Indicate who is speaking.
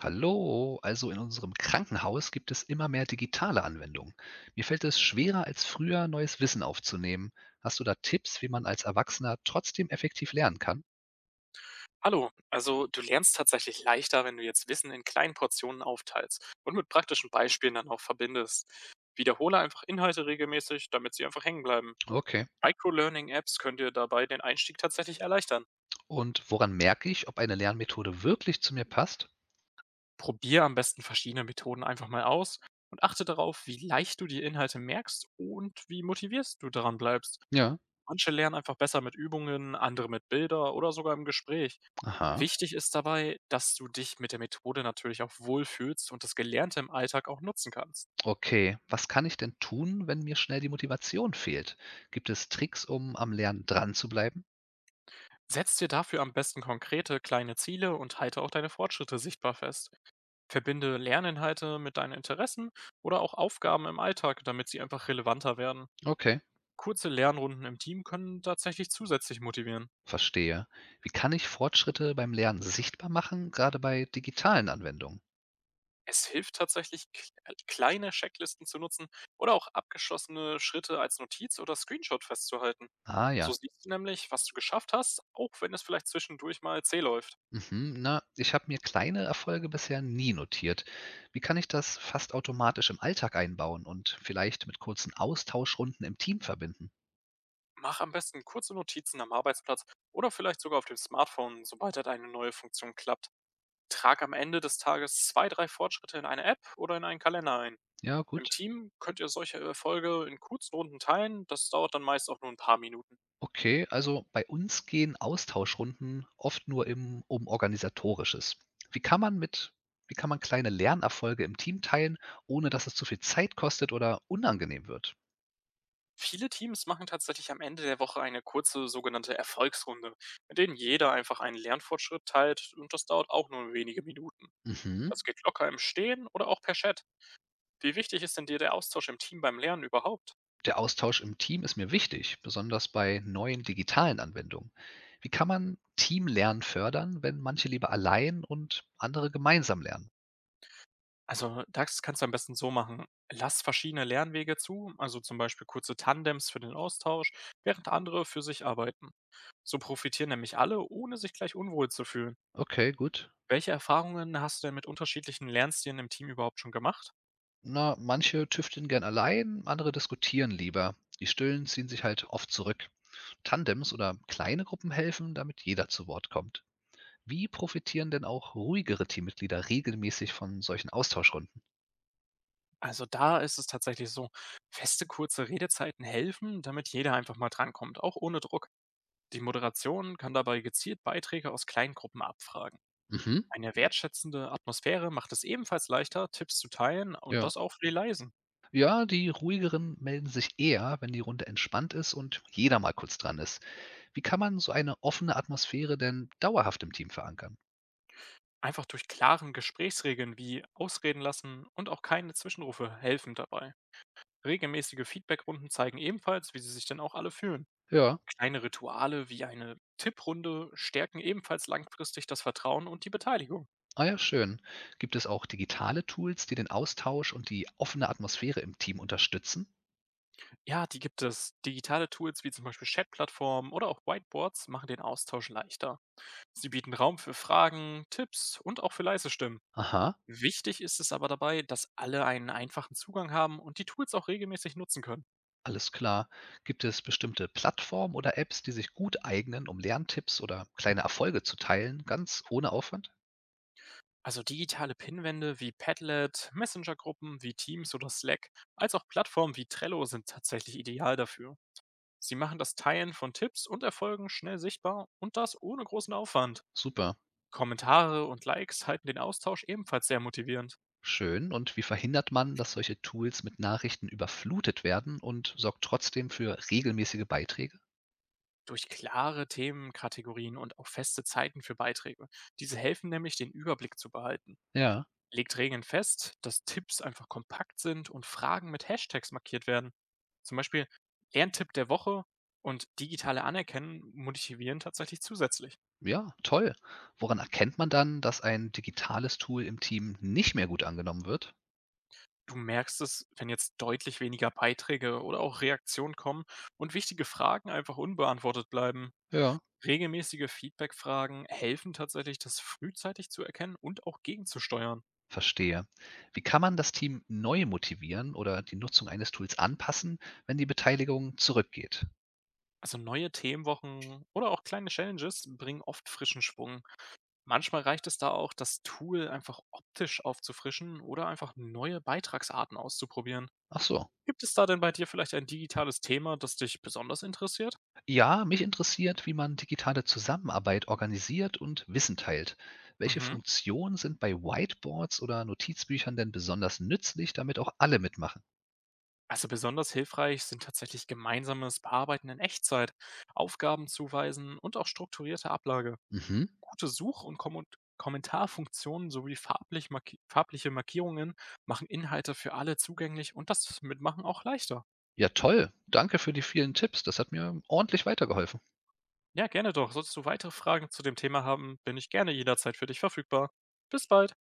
Speaker 1: Hallo, also in unserem Krankenhaus gibt es immer mehr digitale Anwendungen. Mir fällt es schwerer als früher, neues Wissen aufzunehmen. Hast du da Tipps, wie man als Erwachsener trotzdem effektiv lernen kann?
Speaker 2: Hallo, also du lernst tatsächlich leichter, wenn du jetzt Wissen in kleinen Portionen aufteilst und mit praktischen Beispielen dann auch verbindest. Wiederhole einfach Inhalte regelmäßig, damit sie einfach hängen bleiben.
Speaker 1: Okay.
Speaker 2: Microlearning-Apps könnt ihr dabei den Einstieg tatsächlich erleichtern.
Speaker 1: Und woran merke ich, ob eine Lernmethode wirklich zu mir passt?
Speaker 2: Probier am besten verschiedene Methoden einfach mal aus und achte darauf, wie leicht du die Inhalte merkst und wie motivierst du daran bleibst.
Speaker 1: Ja.
Speaker 2: Manche lernen einfach besser mit Übungen, andere mit Bilder oder sogar im Gespräch.
Speaker 1: Aha.
Speaker 2: Wichtig ist dabei, dass du dich mit der Methode natürlich auch wohlfühlst und das Gelernte im Alltag auch nutzen kannst.
Speaker 1: Okay. Was kann ich denn tun, wenn mir schnell die Motivation fehlt? Gibt es Tricks, um am Lernen dran zu bleiben?
Speaker 2: Setz dir dafür am besten konkrete kleine Ziele und halte auch deine Fortschritte sichtbar fest. Verbinde Lerninhalte mit deinen Interessen oder auch Aufgaben im Alltag, damit sie einfach relevanter werden.
Speaker 1: Okay.
Speaker 2: Kurze Lernrunden im Team können tatsächlich zusätzlich motivieren.
Speaker 1: Verstehe. Wie kann ich Fortschritte beim Lernen sichtbar machen, gerade bei digitalen Anwendungen?
Speaker 2: Es hilft tatsächlich, k kleine Checklisten zu nutzen oder auch abgeschlossene Schritte als Notiz oder Screenshot festzuhalten.
Speaker 1: Ah
Speaker 2: So
Speaker 1: ja.
Speaker 2: siehst du nämlich, was du geschafft hast, auch wenn es vielleicht zwischendurch mal zäh läuft.
Speaker 1: Mhm, na, ich habe mir kleine Erfolge bisher nie notiert. Wie kann ich das fast automatisch im Alltag einbauen und vielleicht mit kurzen Austauschrunden im Team verbinden?
Speaker 2: Mach am besten kurze Notizen am Arbeitsplatz oder vielleicht sogar auf dem Smartphone, sobald halt eine neue Funktion klappt. Trag am Ende des Tages zwei, drei Fortschritte in eine App oder in einen Kalender ein.
Speaker 1: Ja,
Speaker 2: Im
Speaker 1: gut.
Speaker 2: Team könnt ihr solche Erfolge in kurzen Runden teilen, das dauert dann meist auch nur ein paar Minuten.
Speaker 1: Okay, also bei uns gehen Austauschrunden oft nur um organisatorisches. Wie kann man mit, wie kann man kleine Lernerfolge im Team teilen, ohne dass es zu viel Zeit kostet oder unangenehm wird?
Speaker 2: Viele Teams machen tatsächlich am Ende der Woche eine kurze sogenannte Erfolgsrunde, mit denen jeder einfach einen Lernfortschritt teilt und das dauert auch nur wenige Minuten.
Speaker 1: Mhm.
Speaker 2: Das geht locker im Stehen oder auch per Chat. Wie wichtig ist denn dir der Austausch im Team beim Lernen überhaupt?
Speaker 1: Der Austausch im Team ist mir wichtig, besonders bei neuen digitalen Anwendungen. Wie kann man Teamlernen fördern, wenn manche lieber allein und andere gemeinsam lernen?
Speaker 2: Also, das kannst du am besten so machen. Lass verschiedene Lernwege zu, also zum Beispiel kurze Tandems für den Austausch, während andere für sich arbeiten. So profitieren nämlich alle, ohne sich gleich unwohl zu fühlen.
Speaker 1: Okay, gut.
Speaker 2: Welche Erfahrungen hast du denn mit unterschiedlichen Lernstilen im Team überhaupt schon gemacht?
Speaker 1: Na, manche tüfteln gern allein, andere diskutieren lieber. Die Stillen ziehen sich halt oft zurück. Tandems oder kleine Gruppen helfen, damit jeder zu Wort kommt. Wie profitieren denn auch ruhigere Teammitglieder regelmäßig von solchen Austauschrunden?
Speaker 2: Also da ist es tatsächlich so, feste kurze Redezeiten helfen, damit jeder einfach mal drankommt, auch ohne Druck. Die Moderation kann dabei gezielt Beiträge aus Kleingruppen abfragen.
Speaker 1: Mhm,
Speaker 2: Eine wertschätzende Atmosphäre macht es ebenfalls leichter, Tipps zu teilen und
Speaker 1: ja.
Speaker 2: das auch für die Leisen.
Speaker 1: Ja, die ruhigeren melden sich eher, wenn die Runde entspannt ist und jeder mal kurz dran ist. Wie kann man so eine offene Atmosphäre denn dauerhaft im Team verankern?
Speaker 2: Einfach durch klaren Gesprächsregeln wie Ausreden lassen und auch keine Zwischenrufe helfen dabei. Regelmäßige Feedbackrunden zeigen ebenfalls, wie sie sich denn auch alle fühlen.
Speaker 1: Ja,
Speaker 2: Kleine Rituale wie eine Tipprunde stärken ebenfalls langfristig das Vertrauen und die Beteiligung.
Speaker 1: ah ja, schön. Gibt es auch digitale Tools, die den Austausch und die offene Atmosphäre im Team unterstützen?
Speaker 2: Ja, die gibt es. Digitale Tools wie zum Beispiel Chat-Plattformen oder auch Whiteboards machen den Austausch leichter. Sie bieten Raum für Fragen, Tipps und auch für leise Stimmen.
Speaker 1: Aha,
Speaker 2: Wichtig ist es aber dabei, dass alle einen einfachen Zugang haben und die Tools auch regelmäßig nutzen können.
Speaker 1: alles klar. Gibt es bestimmte Plattformen oder Apps, die sich gut eignen, um Lerntipps oder kleine Erfolge zu teilen, ganz ohne Aufwand?
Speaker 2: Also digitale Pinwände wie Padlet, Messenger-Gruppen wie Teams oder Slack, als auch Plattformen wie Trello sind tatsächlich ideal dafür. Sie machen das Teilen von Tipps und Erfolgen schnell sichtbar und das ohne großen Aufwand.
Speaker 1: Super.
Speaker 2: Kommentare und Likes halten den Austausch ebenfalls sehr motivierend.
Speaker 1: Schön. Und wie verhindert man, dass solche Tools mit Nachrichten überflutet werden und sorgt trotzdem für regelmäßige Beiträge?
Speaker 2: Durch klare Themenkategorien und auch feste Zeiten für Beiträge. Diese helfen nämlich, den Überblick zu behalten.
Speaker 1: Ja.
Speaker 2: Legt Regeln fest, dass Tipps einfach kompakt sind und Fragen mit Hashtags markiert werden. Zum Beispiel Lerntipp der Woche und digitale Anerkennen motivieren tatsächlich zusätzlich.
Speaker 1: Ja, toll. Woran erkennt man dann, dass ein digitales Tool im Team nicht mehr gut angenommen wird?
Speaker 2: Du merkst es, wenn jetzt deutlich weniger Beiträge oder auch Reaktionen kommen und wichtige Fragen einfach unbeantwortet bleiben.
Speaker 1: Ja.
Speaker 2: Regelmäßige Feedback-Fragen helfen tatsächlich, das frühzeitig zu erkennen und auch gegenzusteuern.
Speaker 1: Verstehe. Wie kann man das Team neu motivieren oder die Nutzung eines Tools anpassen, wenn die Beteiligung zurückgeht?
Speaker 2: Also neue Themenwochen oder auch kleine Challenges bringen oft frischen Schwung. Manchmal reicht es da auch, das Tool einfach optisch aufzufrischen oder einfach neue Beitragsarten auszuprobieren.
Speaker 1: Ach so.
Speaker 2: Gibt es da denn bei dir vielleicht ein digitales Thema, das dich besonders interessiert?
Speaker 1: Ja, mich interessiert, wie man digitale Zusammenarbeit organisiert und Wissen teilt. Welche
Speaker 2: Mhm.
Speaker 1: Funktionen sind bei Whiteboards oder Notizbüchern denn besonders nützlich, damit auch alle mitmachen?
Speaker 2: Also besonders hilfreich sind tatsächlich gemeinsames Bearbeiten in Echtzeit, Aufgaben zuweisen und auch strukturierte Ablage.
Speaker 1: Mhm.
Speaker 2: Gute Such- und Kommun Kommentarfunktionen sowie farbliche Markierungen machen Inhalte für alle zugänglich und das Mitmachen auch leichter.
Speaker 1: Ja, toll. Danke für die vielen Tipps. Das hat mir ordentlich weitergeholfen.
Speaker 2: Ja, gerne doch. Solltest du weitere Fragen zu dem Thema haben, bin ich gerne jederzeit für dich verfügbar. Bis bald.